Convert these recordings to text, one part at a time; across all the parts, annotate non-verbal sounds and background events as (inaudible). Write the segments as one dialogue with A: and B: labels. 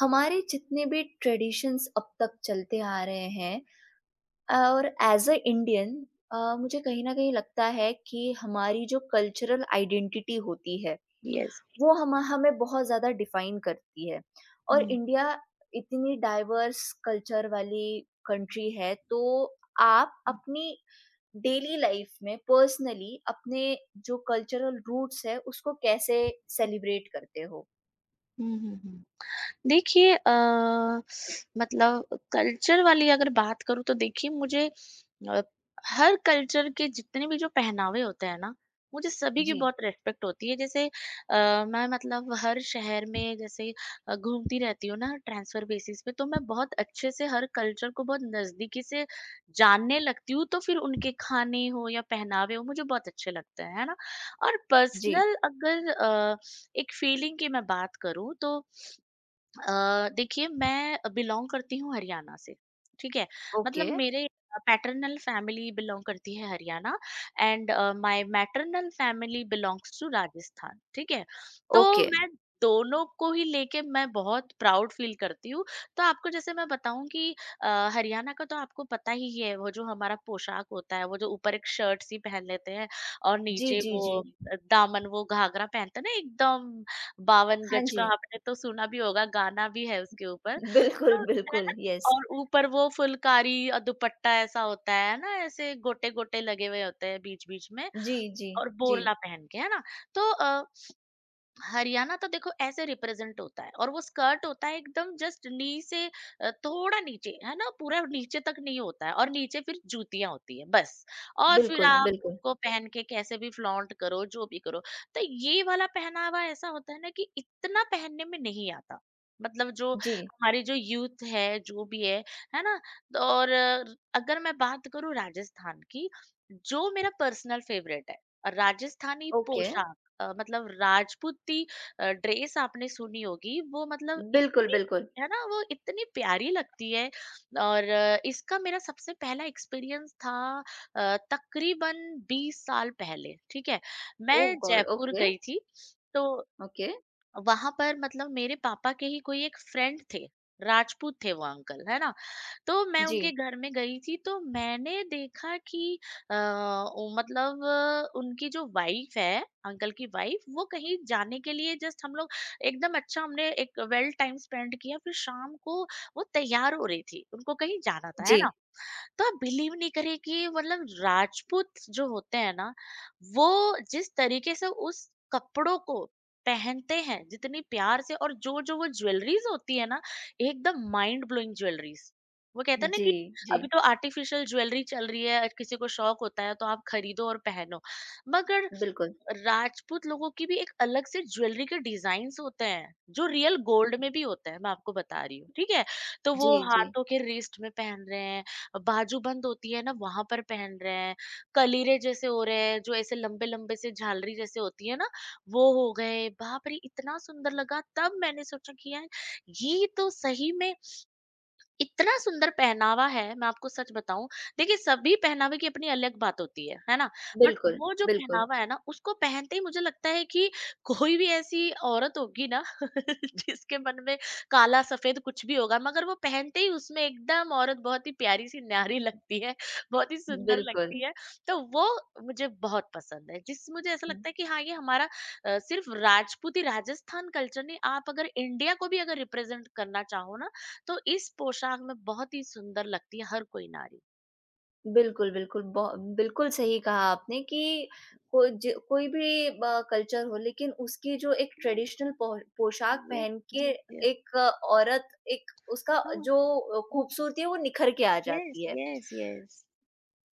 A: हमारे जितने भी ट्रेडिशंस अब तक चलते आ रहे हैं और एज अ इंडियन मुझे कहीं ना कहीं लगता है कि हमारी जो कल्चरल आइडेंटिटी होती है
B: Yes.
A: वो हम हमें बहुत ज़्यादा डिफाइन करती है। और
B: Mm.
A: इंडिया इतनी डाइवर्स कल्चर वाली कंट्री है, तो आप अपनी डेली लाइफ में पर्सनली अपने जो कल्चरल रूट्स है उसको कैसे सेलिब्रेट करते हो?
B: Mm-hmm. देखिए मतलब कल्चर वाली अगर बात करूँ तो देखिए मुझे अ, हर कल्चर के जितने भी जो पहनावे होते हैं ना, मुझे सभी की
A: जी।
B: बहुत रिस्पेक्ट होती है। जैसे मैं मतलब हर शहर में जैसे घूमती रहती हूँ ना ट्रांसफ़र बेसिस पे, तो मैं बहुत अच्छे से हर कल्चर को बहुत नज़दीकी से जानने लगती हूँ। तो फिर उनके खाने हो या पहनावे हो मुझे बहुत अच्छे लगते हैं, है ना? और
A: जी।
B: पर्सनल अगर एक फीलिंग की मैं बात करूँ तो देखिए मैं बिलॉन्ग करती हूँ हरियाणा से, ठीक है? मतलब
A: ओके।
B: मेरे पैटर्नल फैमिली बिलॉन्ग करती है Haryana and my maternal family belongs to Rajasthan, ठीक है? तो
A: ओके।
B: मैं दोनों को ही लेके मैं बहुत प्राउड फील करती हूँ। तो आपको जैसे मैं बताऊँ कि अ, हरियाणा का तो आपको पता ही है, वो जो हमारा पोशाक होता है, वो जो ऊपर एक शर्ट-सी पहन लेते हैं और
A: जी,
B: नीचे
A: जी,
B: वो
A: जी।
B: दामन वो घाघरा पहनते हैं ना एकदम बावन
A: हाँ
B: गज का
A: जी।
B: आपने तो सुना भी होगा, गाना भी है उसके ऊपर।
A: बिल्कुल,
B: तो है
A: बिल्कुल,
B: ना?
A: यस।
B: और ऊपर वो फुलकारी दुपट्टा ऐसा होता है ना, ऐसे गोटे-गोटे लगे हुए होते हैं बीच-बीच में
A: जी, जी,
B: और
A: जी।
B: बोरला पहन के, है ना? तो हरियाणा तो देखो ऐसे रिप्रेजेंट होता है और वो स्कर्ट होता है एकदम जस्ट नी से थोड़ा नीचे है ना पूरा नीचे तक नहीं होता है और नीचे फिर जूतियां होती है बस। और फिर
A: बिल्कुल,
B: आप
A: बिल्कुल।
B: उसको पहन के कैसे भी फ्लॉन्ट करो जो भी करो तो ये वाला पहनावा ऐसा होता है ना कि इतना पहनने में नहीं आता, मतलब जो
A: जी।
B: हमारी जो यूथ है जो भी है ना? तो और अगर मैं बात करूं राजस्थान की, जो मेरा पर्सनल फेवरेट है राजस्थानी
A: ओके।
B: पोशाक। मतलब राजपूती ड्रेस आपने सुनी होगी वो मतलब
A: बिल्कुल,
B: इतनी,
A: बिल्कुल।
B: है ना, वो इतनी प्यारी लगती है। और इसका मेरा सबसे पहला एक्सपीरियंस था तकरीबन 20 साल पहले, ठीक है?
A: ओह
B: मैं
A: गॉड!
B: जयपुर
A: ओके।
B: गई थी। तो
A: ओके।
B: वहां पर मतलब मेरे पापा के ही कोई एक फ्रेंड थे, राजपूत थे वो अंकल, है ना? तो मैं
A: जी,
B: उनके घर में गई थी तो मैंने देखा कि अ, ओ मतलब उनकी जो वाइफ है अंकल की वाइफ वो कहीं जाने के लिए जस्ट हम लोग एकदम अच्छा हमने एक वेल टाइम स्पेंड किया। फिर शाम को वो तैयार हो रही थी, उनको कहीं जाना था, है
A: जी,
B: ना? तो आप बिलीव नहीं करें कि मतलब राजपूत जो होते हैं ना, वो जिस तरीके से उस कपड़ों को पहनते हैं, जितनी प्यार से, और जो जो वो ज्वेलरीज होती है ना एकदम माइंड ब्लोइंग ज्वेलरीज। वो कहते हैं ना
A: जी,
B: कि
A: जी।
B: अभी तो आर्टिफिशियल ज्वेलरी चल रही है, किसी को शौक होता है तो आप खरीदो और पहनो, मगर
A: बिल्कुल।
B: राजपूत लोगों की भी एक अलग से ज्वेलरी के डिजाइन होते हैं जो रियल गोल्ड में भी होते हैं, मैं आपको बता रही हूँ, ठीक है? तो वो
A: जी, जी।
B: हाथों के रिस्ट में पहन रहे हैं, बाजू बंद होती है ना वहां पर पहन रहे हैं, कलीरे जैसे हो रहे हैं जो ऐसे लंबे लंबे से झालरी जैसे होती है ना, वो हो गए। बाप रे, इतना सुंदर लगा तब मैंने सोचा कि यार ये तो सही में इतना सुंदर पहनावा है। मैं आपको सच बताऊँ, देखिए सभी पहनावे की अपनी अलग बात होती है ना? बट
A: बिल्कुल,
B: वो जो
A: बिल्कुल,
B: पहनावा है ना, उसको पहनते ही मुझे लगता है कि कोई भी ऐसी औरत होगी ना (laughs) जिसके मन में काला-सफ़ेद कुछ भी होगा, मगर वो पहनते ही उसमें एकदम औरत बहुत ही प्यारी-सी न्यारी (laughs) लगती है, बहुत ही सुंदर
A: बिल्कुल।
B: लगती है। तो वो मुझे बहुत पसंद है, जिस मुझे ऐसा लगता है कि हाँ, ये हमारा सिर्फ राजपूती राजस्थान कल्चर नहीं, आप अगर इंडिया को भी अगर रिप्रेज़ेंट करना चाहो ना, तो इस पोशाक में बहुत ही सुंदर लगती है हर कोई नारी।
A: बिल्कुल, बिल्कुल। बो बिल्कुल सही कहा आपने कि को ज कोई भी कल्चर हो, लेकिन उसकी जो एक ट्रेडिशनल पो पोशाक
B: यस,
A: पहन के
B: यस, यस।
A: एक औरत, एक उसका
B: हाँ,
A: जो खूबसूरती है वो निखर के आ
B: यस,
A: जाती है।
B: Yes, yes.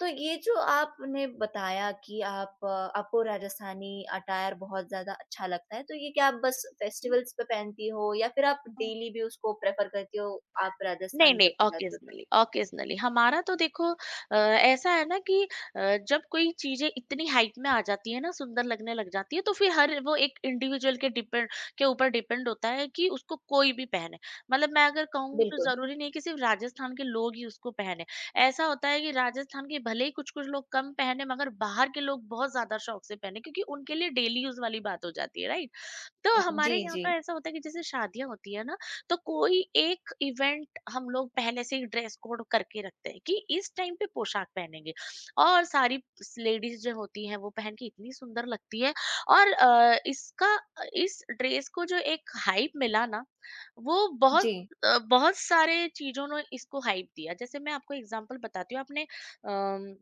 A: तो ये जो आपने बताया कि आपको राजस्थानी अटायर बहुत ज़्यादा अच्छा लगता है, तो ये क्या आप बस फेस्टिवल्स पे पहनती हो या फिर आप डेली भी उसको प्रेफ़र करती हो, आप
B: नहीं,
A: राजस्थान जब
B: नहीं,
A: भी जाती हो तो?
B: ऑकेज़नली, ऑकेज़नली हमारा तो देखो ऐसा है ना कि जब कोई चीज़ें इतनी हाइप में आ जाती है ना, सुंदर लगने लग जाती है, तो फिर हर वो एक इंडिविजुअल के डिपेंड के ऊपर डिपेंड होता है कि उसको कोई भी पहने। मतलब मैं अगर कहूँ तो
A: बिल्कुल।
B: ज़रूरी नहीं है कि सिर्फ राजस्थान के लोग ही उसको पहने। ऐसा होता है कि राजस्थान के भले ही कुछ-कुछ लोग कम पहने मगर बाहर के लोग बहुत ज़्यादा शौक से पहने, क्योंकि उनके लिए डेली यूज़ वाली बात हो जाती है, राइट? तो
A: जी,
B: हमारे यहाँ
A: जी।
B: तो ऐसा होता है कि जैसे शादियाँ होती है ना, तो कोई एक इवेंट हम लोग पहले से ही ड्रेस कोड करके रखते हैं कि इस टाइम पे पोशाक पहनेंगे, और सारी लेडीज जो होती हैं वो पहन के इतनी सुंदर लगती है। और इसका इस ड्रेस को जो एक हाइप मिला ना वो बहुत,
A: जी।
B: बहुत सारे चीजों ने इसको हाइप दिया। जैसे मैं आपको एग्जांपल बताती हूँ, आपने अम,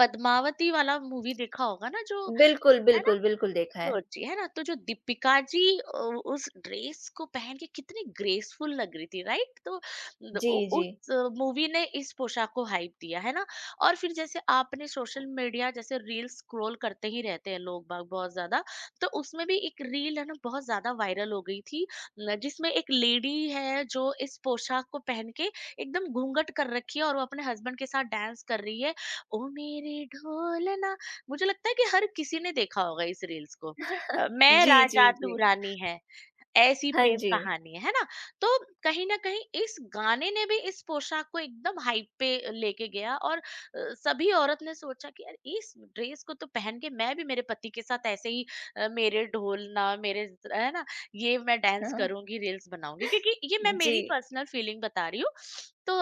B: पद्मावती वाला मूवी देखा होगा ना, जो,
A: बिल्कुल,
B: है ना?
A: बिल्कुल, बिल्कुल देखा है।
B: सोचिए, है ना, तो जो दीपिका जी उस ड्रेस को पहन के कितनी ग्रेसफुल लग रही थी, राइट? तो
A: जी, जी।
B: उस मूवी ने इस पोशाक को हाइप दिया, है ना? और फिर जैसे आपने सोशल मीडिया जैसे रील स्क्रॉल करते ही रहते हैं लोग बाग बहुत ज्यादा, तो उसमें भी एक रील है ना बहुत ज्यादा वायरल हो गई थी न, जिसमें एक लेडी है जो इस पोशाक को पहन के एकदम घूंघट कर रखी है और वो अपने हस्बैंड के साथ डांस कर रही है, ओ मेरे ढोलना। मुझे लगता है कि हर किसी ने देखा होगा इस रील्स को।
A: (laughs)
B: मैं
A: जी, जी,
B: राजा तू
A: जी।
B: रानी है, ऐसी
A: हाँ
B: प्रेम
A: जी।
B: कहानी है ना? तो कहीं ना कहीं इस गाने ने भी इस पोशाक को एकदम हाइप पे लेके गया। और सभी औरत ने सोचा कि यार इस ड्रेस को तो पहन के मैं भी मेरे पति के साथ ऐसे ही मेरे ढोल ना मेरे है ना, ये मैं डांस
A: हाँ,
B: करूंगी, रील्स बनाऊंगी, क्योंकि ये मैं
A: जी।
B: मेरी पर्सनल फीलिंग बता रही हूँ। तो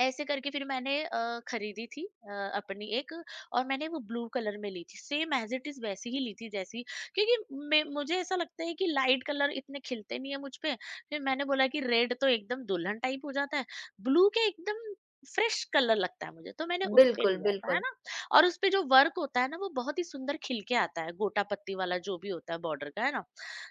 B: ऐसे करके फिर मैंने खरीदी थी अपनी एक, और मैंने वो ब्लू कलर में ली थी, सेम एज इट इज वैसी ही ली थी जैसी, क्योंकि मुझे ऐसा लगता है कि लाइट कलर इतने खिलते नहीं है मुझ पे। फिर मैंने बोला कि रेड तो एकदम दुल्हन टाइप हो जाता है, ब्लू के एकदम फ्रेश कलर लगता है मुझे, तो मैंने उस पे
A: बिल्कुल,
B: लिया था, है
A: बिल्कुल।
B: ना? और उस पे जो वर्क होता है ना वो बहुत ही सुंदर खिल के आता है, गोटा पत्ती वाला जो भी होता है बॉर्डर का, है ना?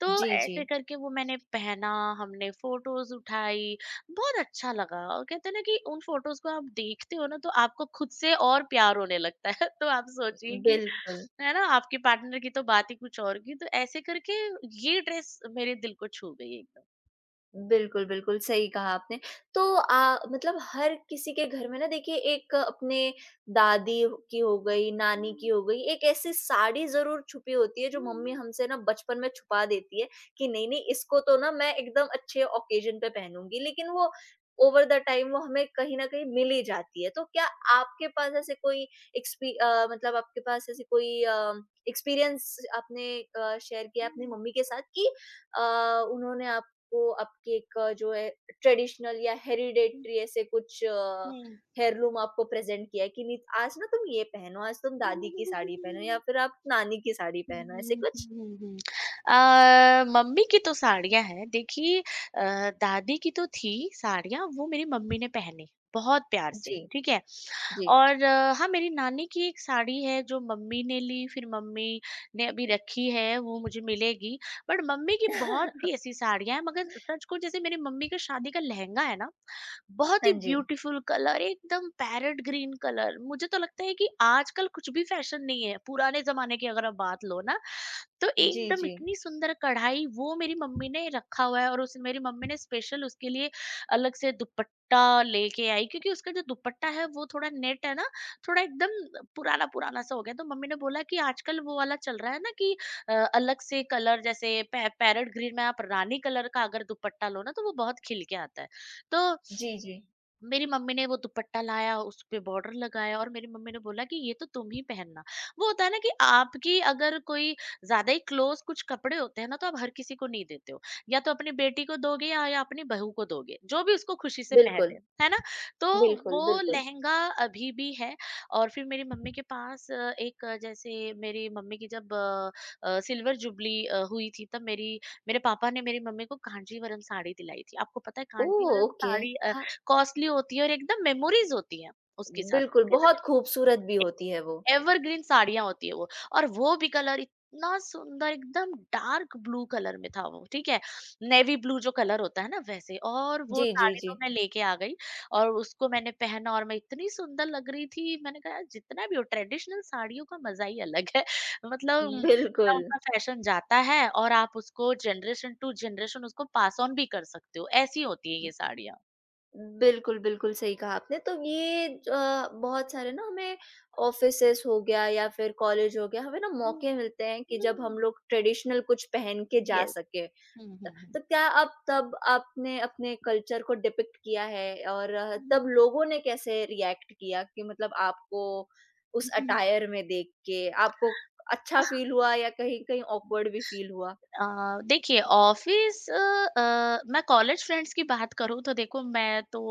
B: तो
A: जी, जी।
B: ऐसे करके वो मैंने पहना, हमने फोटोज उठाई, बहुत अच्छा लगा। और कहते हैं ना कि उन फोटोज को आप देखते हो ना तो आपको खुद से और प्यार होने लगता है (laughs) तो आप सोचिए कि,
A: बिल्कुल।
B: है ना, आपके पार्टनर की तो बात ही कुछ और। की तो ऐसे करके ये ड्रेस मेरे दिल को छू गई एकदम।
A: बिल्कुल, बिल्कुल, सही कहा आपने। तो मतलब हर किसी के घर में ना देखिए एक अपने दादी की हो गई, नानी की हो गई, एक ऐसी साड़ी ज़रूर छुपी होती है जो मम्मी हमसे ना बचपन में छुपा देती है कि नहीं-नहीं इसको तो ना मैं एकदम अच्छे ऑकेज़न पे पहनूँगी। लेकिन वो ओवर द टाइम वो हमें कहीं न कहीं मिल ही जाती है। तो क्या आपके पास ऐसे कोई मतलब आपके पास ऐसे कोई एक्सपीरियंस आपने शेयर किया अपनी मम्मी के साथ कि अ, उन्होंने आप आपको आपके एक जो है ट्रेडिशनल या हेरिडेटरी ऐसे कुछ हेयरलूम आपको प्रेजेंट किया है कि नहीं आज ना तुम ये पहनो, आज तुम
B: (laughs)
A: दादी की साड़ी पहनो या
B: हम्म।
A: फिर आप नानी की साड़ी पहनो ऐसे
B: हुँ,
A: कुछ?
B: हुँ, हुँ। मम्मी की तो साड़ियाँ हैं देखिए। दादी की तो थी साड़ियाँ, वो मेरी मम्मी ने पहनी, बहुत प्यार से,
A: जी।
B: ठीक है?
A: जी।
B: और हाँ, मेरी नानी की एक साड़ी है जो मम्मी ने ली, फिर मम्मी ने अभी रखी है, वो मुझे मिलेगी। बट मम्मी की बहुत सी
A: (laughs)
B: ऐसी साड़ियाँ हैं, मगर सच कहूँ, जैसे मेरी मम्मी का शादी का लहंगा है ना बहुत
A: हाँ
B: ही
A: जी।
B: ब्यूटीफुल कलर, एकदम पैरेट ग्रीन कलर। मुझे तो लगता है कि आजकल कुछ भी फैशन नहीं है, पुराने जमाने की अगर आप बात लो ना, तो
A: जी।
B: एकदम
A: जी।
B: इतनी सुंदर कढ़ाई, वो मेरी मम्मी ने रखा हुआ है। और उस मेरी मम्मी ने स्पेशल उसके लिए अलग से दुपट्टा लेके आई, क्योंकि उसका जो दुपट्टा है वो थोड़ा नेट है ना, थोड़ा एकदम पुराना पुराना सा हो गया। तो मम्मी ने बोला कि आजकल वो वाला चल रहा है ना कि अलग से कलर, जैसे पैरेट ग्रीन में आप रानी कलर का अगर दुपट्टा लो ना तो वो बहुत खिल के आता है। तो
A: जी। जी।
B: मेरी मम्मी ने वो दुपट्टा लाया, उस पे बॉर्डर लगाया, और मेरी मम्मी ने बोला कि ये तो तुम ही पहनना। वो होता है ना कि आपकी अगर कोई ज्यादा ही क्लोज कुछ कपड़े होते हैं ना, तो आप हर किसी को नहीं देते हो, या तो अपनी बेटी को दोगे या अपनी बहू को दोगे, जो भी उसको खुशी से
A: बिल्कुल।
B: पहने, है ना? तो
A: बिल्कुल।
B: वो
A: बिल्कुल।
B: लहंगा अभी भी है। और फिर मेरी मम्मी के पास एक जैसे मेरी मम्मी की जब सिल्वर जुबली हुई थी, तब मेरी मेरे पापा ने मेरी मम्मी को कांजीवरम साड़ी दिलाई थी। आपको पता है
A: ओह
B: कांजीवरम
A: ओके।
B: साड़ी
A: हाँ।
B: कॉस्टली होती है, और एकदम मेमोरीज होती हैं उसके साथ।
A: बिल्कुल,
B: वो कहते हैं
A: बहुत
B: ना,
A: खूबसूरत भी होती है वो।
B: एक एवरग्रीन साड़ियाँ होती है वो। और वो भी कलर इतना सुंदर, एकदम डार्क ब्लू कलर में था वो, ठीक है? नेवी ब्लू जो कलर होता है ना वैसे। और वो
A: जी, जी,
B: साड़ी
A: जी।
B: तो मैं लेके आ गई और उसको मैंने पहना और मैं इतनी सुंदर लग रही थी। मैंने कहा यार, जितना भी हो ट्रेडिशनल साड़ियों का मज़ा ही अलग है। (laughs) मतलब जितना
A: बिल्कुल।
B: उनका फैशन जाता है और आप उसको जनरेशन टू जनरेशन उसको पास ऑन भी कर सकते हो, ऐसी होती है ये साड़ियाँ।
A: बिल्कुल, बिल्कुल सही कहा आपने। तो ये बहुत सारे ना हमें ऑफ़िसेज़ हो गया या फिर कॉलेज हो गया, हमें ना
B: हुँ,
A: मौके मिलते हैं कि जब हम
B: हुँ।
A: लोग ट्रेडिशनल कुछ पहन के जा
B: यस।
A: सकें।
B: हुँ,
A: त
B: हुँ, हुँ।
A: तो क्या आप, तब आपने अपने कल्चर को डिपिक्ट किया है और तब
B: हुँ।
A: लोगों ने कैसे रिएक्ट किया कि मतलब आपको उस
B: हुँ।
A: अटायर में देख के आपको अच्छा फ़ील हुआ या कहीं-कहीं ऑकवर्ड भी फ़ील हुआ?
B: अ, देखिए ऑफ़िस, मैं कॉलेज फ्रेंड्स की बात करूँ तो देखो, मैं तो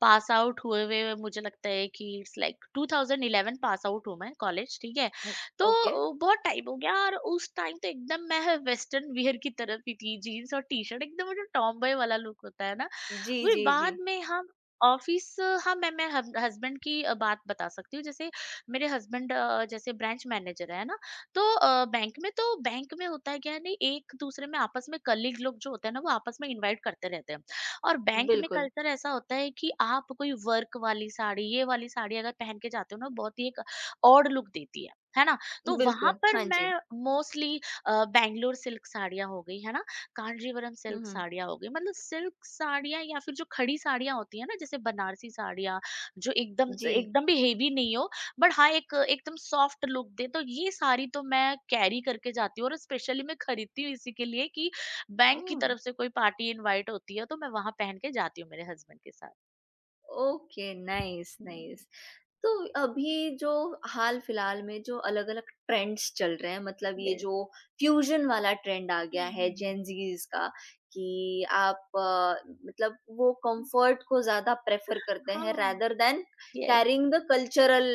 B: पास आउट हुए हुए, मुझे लगता है कि इट्स लाइक 2011 पास आउट हूँ मैं कॉलेज, ठीक है?
A: हुँ।
B: तो
A: ओके।
B: बहुत टाइम हो गया और उस टाइम तो एकदम मैं वेस्टर्न वियर की तरफ ही थी। जीन्स और टी-शर्ट, एकदम वो जो टॉम बॉय वाला लुक होता है ना।
A: जी,
B: फिर
A: जी, जी।
B: बाद में हम ऑफिस, हाँ। मैं हस्बैंड की बात बता सकती हूँ। जैसे मेरे हस्बैंड जैसे ब्रांच मैनेजर है ना, तो बैंक में, तो बैंक में होता है क्या है नहीं, एक दूसरे में आपस में कलीग लोग जो होते हैं ना, वो आपस में इनवाइट करते रहते हैं। और बैंक में
A: बिल्कुल,
B: कल्चर ऐसा होता है कि आप कोई वर्क वाली साड़ी, ये वाली साड़ी अगर पहन के जाते हो ना, बहुत ही एक ऑड लुक देती है ना। तो वहां
A: बिल्कुल।
B: पर
A: हाँ जी।
B: मैं मोस्टली बैंगलोर सिल्क साड़ियां हो गई है ना, कांजीवरम
A: हुँ,
B: सिल्क
A: हुँ।
B: साड़ियाँ हो गई, मतलब सिल्क साड़ियाँ, या फिर जो खड़ी साड़ियाँ होती है ना जैसे बनारसी साड़ियाँ, जो एकदम
A: जी।
B: एकदम भी हेवी नहीं हो, बट हाँ एक एकदम सॉफ्ट लुक दे, तो ये साड़ी तो मैं कैरी करके जाती हूँ। और स्पेशली मैं खरीदती हूँ इसी के लिए कि बैंक की
A: ओह!
B: तरफ से कोई पार्टी इनवाइट होती है तो मैं वहां पहन के जाती हूँ मेरे हस्बैंड के साथ।
A: Okay, nice, nice. तो अभी जो हाल-फिलहाल में जो अलग-अलग ट्रेंड्स चल रहे हैं, मतलब ये
B: यस।
A: जो फ्यूज़न वाला ट्रेंड आ गया है जेन ज़ीज़ का कि मतलब वो कम्फ़र्ट को ज़्यादा प्रेफ़र करते हैं
B: हाँ,
A: rather than
B: yes,
A: caring the cultural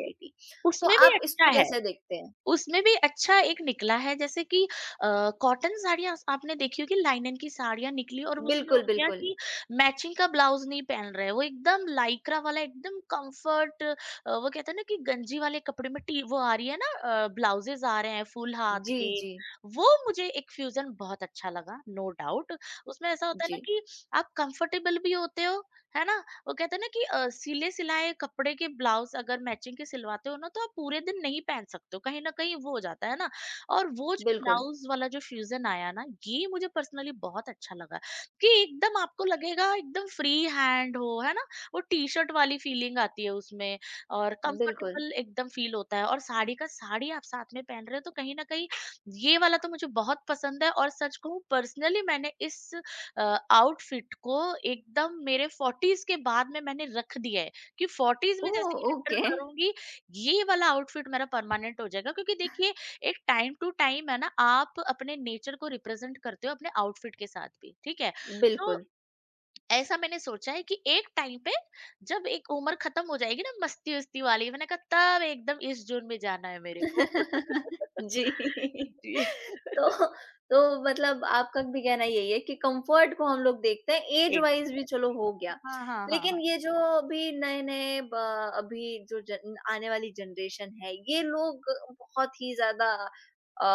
B: yes.
A: तो
B: उसमें भी
A: आप
B: अच्छा
A: इसको
B: है।
A: कैसे देखते हैं?
B: उसमें भी अच्छा एक निकला है, जैसे कि अ, कॉटन साड़ियाँ आपने देखी होगी, लाइनन की साड़ियाँ निकली, और उसमें हो
A: बिल्कुल,
B: गया
A: बिल्कुल।
B: कि मैचिंग का ब्लाउज नहीं पहन रहे, वो एकदम लाइक्रा वाला एकदम कंफर्ट। वो कहते हैं ना कि गंजी वाले कपड़े में टी वो आ रही है ना, ब्लाउजेज आ रहे हैं फुल हाथ
A: जी,
B: के।
A: जी,
B: वो मुझे एक फ्यूजन बहुत अच्छा लगा, नो डाउट। उसमें ऐसा होता है ना
A: जी।
B: कि आप कंफर्टेबल भी होते हो, है ना। वो कहते हैं ना कि सिले सिलाए कपड़े के ब्लाउज अगर मैचिंग के सिलवाते हो ना, तो आप पूरे दिन नहीं पहन सकते हो, कहीं ना कहीं वो हो जाता है ना। और वो जो
A: बिल्कुल,
B: ब्लाउज वाला जो फ्यूजन आया ना, ये मुझे पर्सनली बहुत अच्छा लगा, कि एकदम आपको लगेगा एकदम फ्री हैंड हो, है ना। वो टी शर्ट वाली फीलिंग आती है उसमें, और
A: बिल्कुल।
B: कंफर्टेबल एकदम फील होता है और साड़ी का साड़ी आप साथ में पहन रहे हो, तो कहीं ना कहीं ये वाला तो मुझे बहुत पसंद है। और सच कहूँ, पर्सनली मैंने इस आउटफिट को एकदम मेरे 40s के बाद में मैंने रख दिया है, कि 40s में
A: ओह!
B: जैसे ही एंटर
A: ओके।
B: करूंगी, ये वाला आउटफिट मेरा परमानेंट हो जाएगा, क्योंकि देखिए, एक टाइम टू टाइम है ना, आप अपने नेचर को रिप्रेजेंट करते हो अपने आउटफिट के साथ भी, ठीक है। तो
A: बिल्कुल।
B: ऐसा मैंने सोचा है कि एक टाइम पे जब एक उम्र खत्म हो जाएगी ना मस्ती उस्ती वाली, मैंने कहा तब एकदम इस जून में जाना है मेरे को।
A: (laughs) जी।
B: (laughs) जी।
A: (laughs) तो तो मतलब आपका भी कहना यही है कि कंफर्ट को हम लोग देखते हैं, ऐज
B: एक-
A: वाइज़ भी चलो हो गया।
B: हाँ, हाँ, हाँ,
A: लेकिन
B: हाँ।
A: ये जो अभी नए-नए ब अभी जो जन आने वाली जनरेशन है, ये लोग बहुत ही ज़्यादा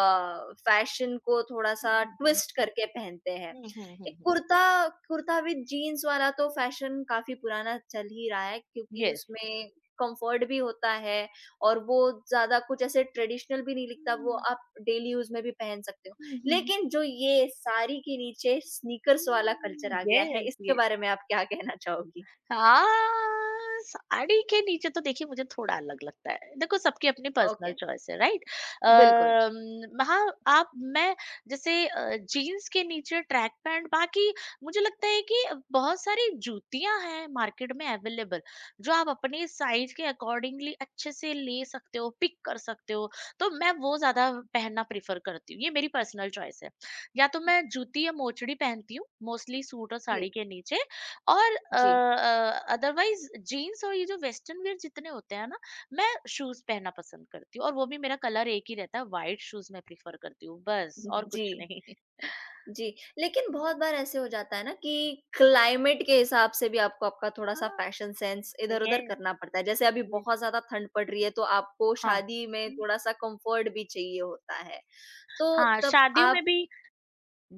A: फैशन को
B: हम्म,
A: थोड़ा-सा
B: हम्म,
A: ट्विस्ट करके पहनते हैं।
B: हम्म,
A: एक कुर्ता कुर्ता विद जीन्स वाला तो फैशन काफ़ी पुराना चल ही रहा है क्योंकि
B: Yes.
A: उसमें कंफर्ट भी होता है और वो ज़्यादा कुछ ऐसे ट्रेडिशनल भी नहीं लिखता, वो
B: Mm,
A: आप डेली यूज़ में भी पहन सकते हो।
B: mhm. Mhm.
A: लेकिन जो ये साड़ी के नीचे स्नीकर्स वाला कल्चर
B: Mm,
A: आ गया है,
B: yes,
A: इसके
B: yes,
A: बारे में आप क्या कहना चाहोगी?
B: हाँ। साड़ी के नीचे तो देखिए मुझे थोड़ा अलग लगता है। देखो, सबकी अपनी पर्सनल
A: ओके,
B: चॉइस है, राइट?
A: बिल्कुल।
B: हाँ। आप मैं जैसे जीन्स के नीचे ट्रैक पैंट, बाकी मुझे लगता है कि बहुत सारी जूतियाँ हैं मार्केट में अवेलेबल, जो आप अपने साइज़ के अकॉर्डिंगली अच्छे से ले सकते हो, पिक कर सकते हो। तो मैं वो ज़्यादा पहनना प्रेफ़र करती हूँ, ये मेरी पर्सनल चॉइस है। या तो मैं जूती या मोचड़ी पहनती हूँ, मोस्टली सूट और
A: जी,
B: साड़ी के नीचे। और
A: जी।
B: अदरवाइज़ जीन्स और ये जो वेस्टर्न वियर जितने होते हैं ना, मैं शूज़ पहनना पसंद करती हूँ, और वो भी मेरा कलर एक ही रहता है, व्हाइट शूज़ मैं प्रेफ़र करती हूँ, बस और
A: जी,
B: कुछ नहीं। (laughs)
A: जी। लेकिन बहुत बार ऐसे हो जाता है ना कि क्लाइमेट के हिसाब से भी आपको आपका थोड़ा-सा
B: हाँ,
A: फैशन सेंस इधर-उधर
B: येस,
A: करना पड़ता है। जैसे अभी
B: येस।
A: बहुत ज़्यादा ठंड पड़ रही है, तो आपको
B: हाँ।
A: शादी में
B: हुँ,
A: थोड़ा-सा कम्फर्ट भी चाहिए होता है। तो
B: हाँ,
A: तब
B: शादियों
A: आप।
B: में भी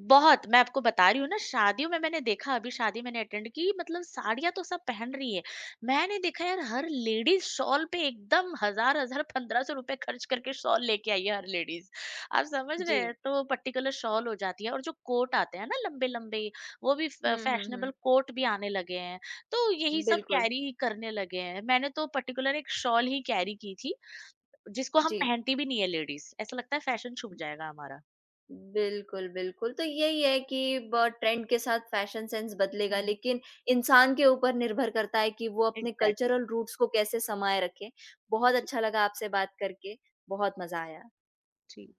B: बहुत। मैं आपको बता रही हूँ ना, शादियों में मैंने देखा, अभी शादी मैंने अटेंड की, मतलब साड़ियाँ तो सब पहन रही है। मैंने देखा यार, हर लेडीज़ शॉल पे एकदम हज़ार-हज़ार ₹1500 खर्च करके शॉल लेके आई है हर लेडीज़। आप समझ रहे
A: जी।
B: हैं? तो पर्टिकुलर शॉल हो जाती है, और जो कोट आते हैं ना लंबे-लंबे, वो भी फ
A: हुँ, हुँ, हुँ।
B: फैशनेबल कोट भी आने लगे हैं। तो यही सब
A: बिल्कुल,
B: कैरी ही करने लगे हैं। मैंने तो पर्टिकुलर एक शॉल ही कैरी की थी, जिसको हम
A: जी।
B: पहनती भी नहीं है लेडीज़। ऐसा लगता है फैशन छुप जाएगा हमारा।
A: बिल्कुल, बिल्कुल, तो यही है कि ब ट्रेंड के साथ फैशन सेंस बदलेगा,
B: हुँ।
A: लेकिन इंसान के ऊपर निर्भर करता है कि वो अपने
B: एग्ज़ैक्टली।
A: कल्चरल रूट्स को कैसे समाये रखे। बहुत
B: जी,
A: अच्छा लगा आपसे बात करके, बहुत मज़ा आया।
B: जी।